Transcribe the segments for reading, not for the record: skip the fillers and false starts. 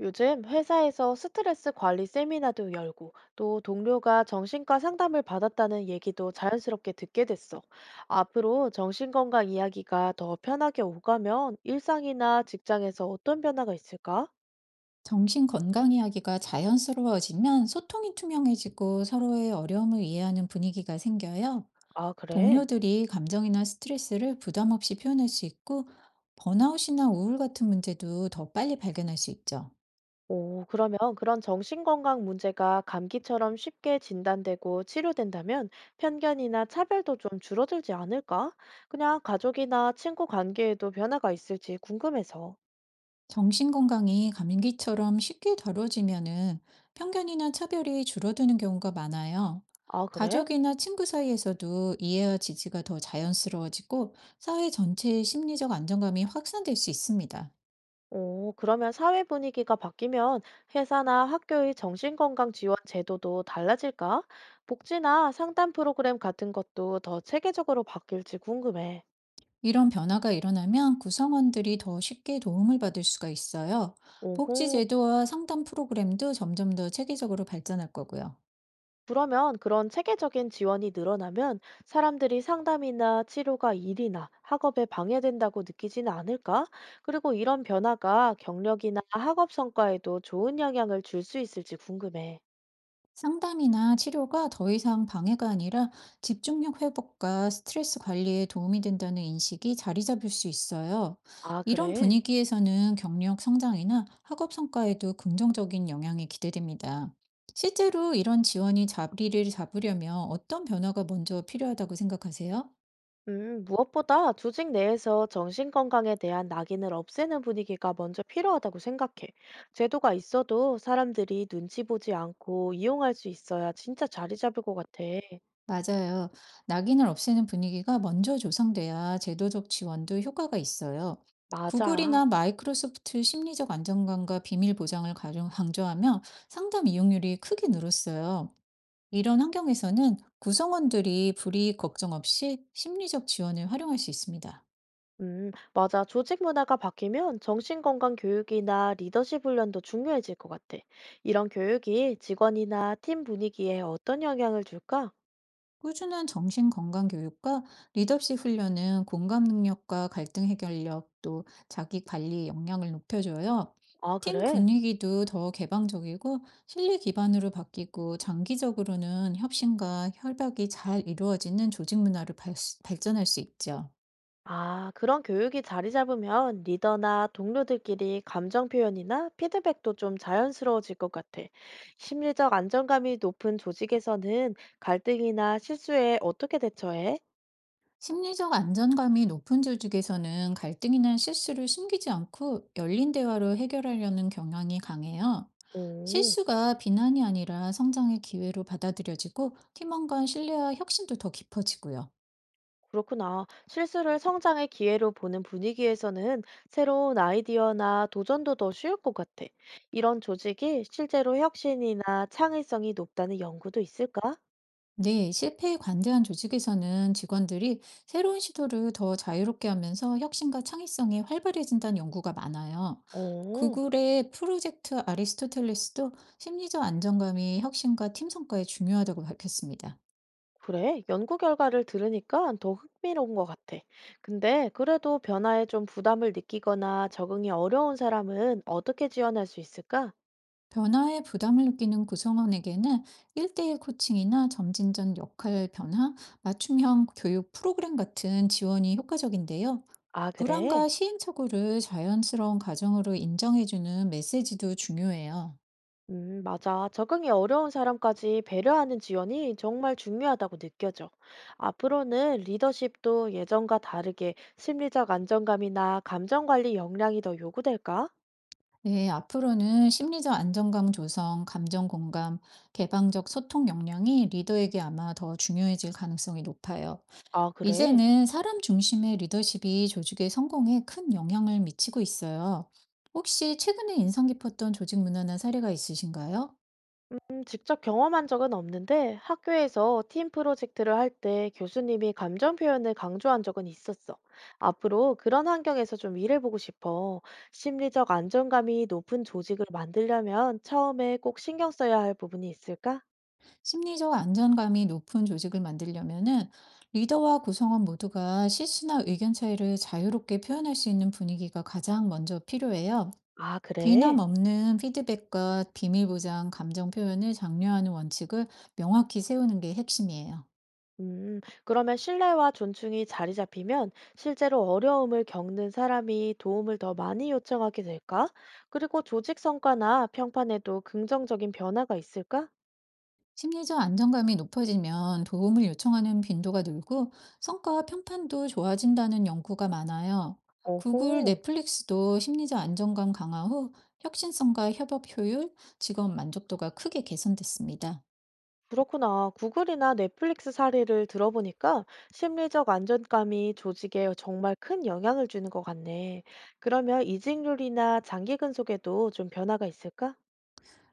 요즘 회사에서 스트레스 관리 세미나도 열고 또 동료가 정신과 상담을 받았다는 얘기도 자연스럽게 듣게 됐어. 앞으로 정신건강 이야기가 더 편하게 오가면 일상이나 직장에서 어떤 변화가 있을까? 정신 건강 이야기가 자연스러워지면 소통이 투명해지고 서로의 어려움을 이해하는 분위기가 생겨요. 아, 그래? 동료들이 감정이나 스트레스를 부담 없이 표현할 수 있고, 번아웃이나 우울 같은 문제도 더 빨리 발견할 수 있죠. 오, 그러면 그런 정신건강 문제가 감기처럼 쉽게 진단되고 치료된다면 편견이나 차별도 좀 줄어들지 않을까? 그냥 가족이나 친구 관계에도 변화가 있을지 궁금해서. 정신 건강이 감기처럼 쉽게 다뤄지면은 편견이나 차별이 줄어드는 경우가 많아요. 아, 그래? 가족이나 친구 사이에서도 이해와 지지가 더 자연스러워지고, 사회 전체의 심리적 안정감이 확산될 수 있습니다. 오, 그러면 사회 분위기가 바뀌면 회사나 학교의 정신건강 지원 제도도 달라질까? 복지나 상담 프로그램 같은 것도 더 체계적으로 바뀔지 궁금해. 이런 변화가 일어나면 구성원들이 더 쉽게 도움을 받을 수가 있어요. 복지 오호, 제도와 상담 프로그램도 점점 더 체계적으로 발전할 거고요. 그러면 그런 체계적인 지원이 늘어나면 사람들이 상담이나 치료가 일이나 학업에 방해된다고 느끼지는 않을까? 그리고 이런 변화가 경력이나 학업 성과에도 좋은 영향을 줄 수 있을지 궁금해. 상담이나 치료가 더 이상 방해가 아니라 집중력 회복과 스트레스 관리에 도움이 된다는 인식이 자리 잡을 수 있어요. 아, 이런 그래? 분위기에서는 경력 성장이나 학업 성과에도 긍정적인 영향이 기대됩니다. 실제로 이런 지원이 자리를 잡으려면 어떤 변화가 먼저 필요하다고 생각하세요? 무엇보다 조직 내에서 정신건강에 대한 낙인을 없애는 분위기가 먼저 필요하다고 생각해. 제도가 있어도 사람들이 눈치 보지 않고 이용할 수 있어야 진짜 자리 잡을 것 같아. 맞아요. 낙인을 없애는 분위기가 먼저 조성돼야 제도적 지원도 효과가 있어요. 맞아. 구글이나 마이크로소프트 심리적 안정감과 비밀 보장을 가령 강조하며 상담 이용률이 크게 늘었어요. 이런 환경에서는 구성원들이 불이익 걱정 없이 심리적 지원을 활용할 수 있습니다. 맞아. 조직 문화가 바뀌면 정신건강 교육이나 리더십 훈련도 중요해질 것 같아. 이런 교육이 직원이나 팀 분위기에 어떤 영향을 줄까? 꾸준한 정신건강교육과 리더십 훈련은 공감 능력과 갈등 해결력 또 자기 관리 역량을 높여줘요. 아, 팀 그래? 분위기도 더 개방적이고 실리 기반으로 바뀌고, 장기적으로는 협신과 협약이 잘 이루어지는 조직 문화로 발전할 수 있죠. 아, 그런 교육이 자리 잡으면 리더나 동료들끼리 감정 표현이나 피드백도 좀 자연스러워질 것 같아. 심리적 안정감이 높은 조직에서는 갈등이나 실수에 어떻게 대처해? 심리적 안전감이 높은 조직에서는 갈등이나 실수를 숨기지 않고 열린 대화로 해결하려는 경향이 강해요. 오, 실수가 비난이 아니라 성장의 기회로 받아들여지고, 팀원 간 신뢰와 혁신도 더 깊어지고요. 그렇구나. 실수를 성장의 기회로 보는 분위기에서는 새로운 아이디어나 도전도 더 쉬울 것 같아. 이런 조직이 실제로 혁신이나 창의성이 높다는 연구도 있을까? 네, 실패에 관대한 조직에서는 직원들이 새로운 시도를 더 자유롭게 하면서 혁신과 창의성이 활발해진다는 연구가 많아요. 오. 구글의 프로젝트 아리스토텔레스도 심리적 안정감이 혁신과 팀 성과에 중요하다고 밝혔습니다. 그래, 연구 결과를 들으니까 더 흥미로운 것 같아. 근데 그래도 변화에 좀 부담을 느끼거나 적응이 어려운 사람은 어떻게 지원할 수 있을까? 변화에 부담을 느끼는 구성원에게는 1대1 코칭이나 점진전 역할 변화, 맞춤형 교육 프로그램 같은 지원이 효과적인데요. 아, 그래? 불안과 시행착오를 자연스러운 과정으로 인정해주는 메시지도 중요해요. 맞아. 적응이 어려운 사람까지 배려하는 지원이 정말 중요하다고 느껴져. 앞으로는 리더십도 예전과 다르게 심리적 안정감이나 감정 관리 역량이 더 요구될까? 네, 앞으로는 심리적 안정감 조성, 감정 공감, 개방적 소통 역량이 리더에게 아마 더 중요해질 가능성이 높아요. 아, 그래? 이제는 사람 중심의 리더십이 조직의 성공에 큰 영향을 미치고 있어요. 혹시 최근에 인상 깊었던 조직 문화나 사례가 있으신가요? 직접 경험한 적은 없는데 학교에서 팀 프로젝트를 할 때 교수님이 감정 표현을 강조한 적은 있었어. 앞으로 그런 환경에서 좀 일해보고 싶어. 심리적 안정감이 높은 조직을 만들려면 처음에 꼭 신경 써야 할 부분이 있을까? 심리적 안정감이 높은 조직을 만들려면은 리더와 구성원 모두가 실수나 의견 차이를 자유롭게 표현할 수 있는 분위기가 가장 먼저 필요해요. 아, 비난 그래? 없는 피드백과 비밀 보장, 감정 표현을 장려하는 원칙을 명확히 세우는 게 핵심이에요. 그러면 신뢰와 존중이 자리 잡히면 실제로 어려움을 겪는 사람이 도움을 더 많이 요청하게 될까? 그리고 조직 성과나 평판에도 긍정적인 변화가 있을까? 심리적 안정감이 높아지면 도움을 요청하는 빈도가 늘고 성과 평판도 좋아진다는 연구가 많아요. 구글, 오호. 넷플릭스도 심리적 안정감 강화 후 혁신성과 협업 효율, 직업 만족도가 크게 개선됐습니다. 그렇구나. 구글이나 넷플릭스 사례를 들어보니까 심리적 안정감이 조직에 정말 큰 영향을 주는 것 같네. 그러면 이직률이나 장기 근속에도 좀 변화가 있을까?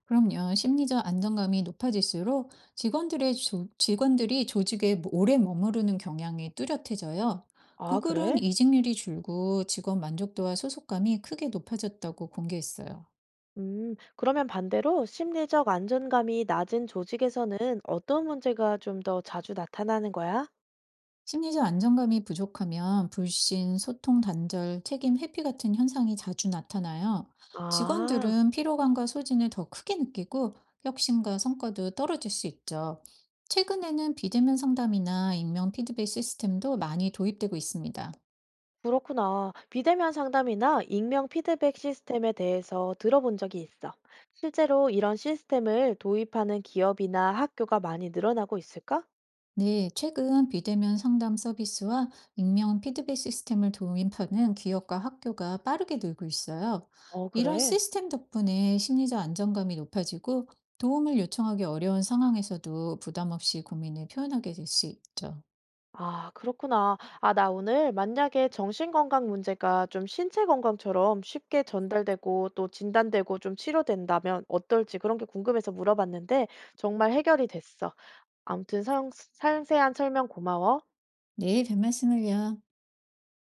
그럼요, 심리적 안정감이 높아질수록 직원들이 조직에 오래 머무르는 경향이 뚜렷해져요. 아, 구글은 그래? 이직률이 줄고 직원 만족도와 소속감이 크게 높아졌다고 공개했어요. 그러면 반대로 심리적 안정감이 낮은 조직에서는 어떤 문제가 좀 더 자주 나타나는 거야? 심리적 안정감이 부족하면 불신, 소통 단절, 책임 회피 같은 현상이 자주 나타나요. 아. 직원들은 피로감과 소진을 더 크게 느끼고 혁신과 성과도 떨어질 수 있죠. 최근에는 비대면 상담이나 익명 피드백 시스템도 많이 도입되고 있습니다. 그렇구나. 비대면 상담이나 익명 피드백 시스템에 대해서 들어본 적이 있어. 실제로 이런 시스템을 도입하는 기업이나 학교가 많이 늘어나고 있을까? 네, 최근 비대면 상담 서비스와 익명 피드백 시스템을 도입하는 기업과 학교가 빠르게 늘고 있어요. 어, 이런 그래. 시스템 덕분에 심리적 안정감이 높아지고, 도움을 요청하기 어려운 상황에서도 부담 없이 고민을 표현하게 될 수 있죠. 아, 그렇구나. 아, 나 오늘 만약에 정신건강 문제가 좀 신체 건강처럼 쉽게 전달되고 또 진단되고 좀 치료된다면 어떨지 그런 게 궁금해서 물어봤는데 정말 해결이 됐어. 아무튼 상세한 설명 고마워. 네, 별 말씀을요.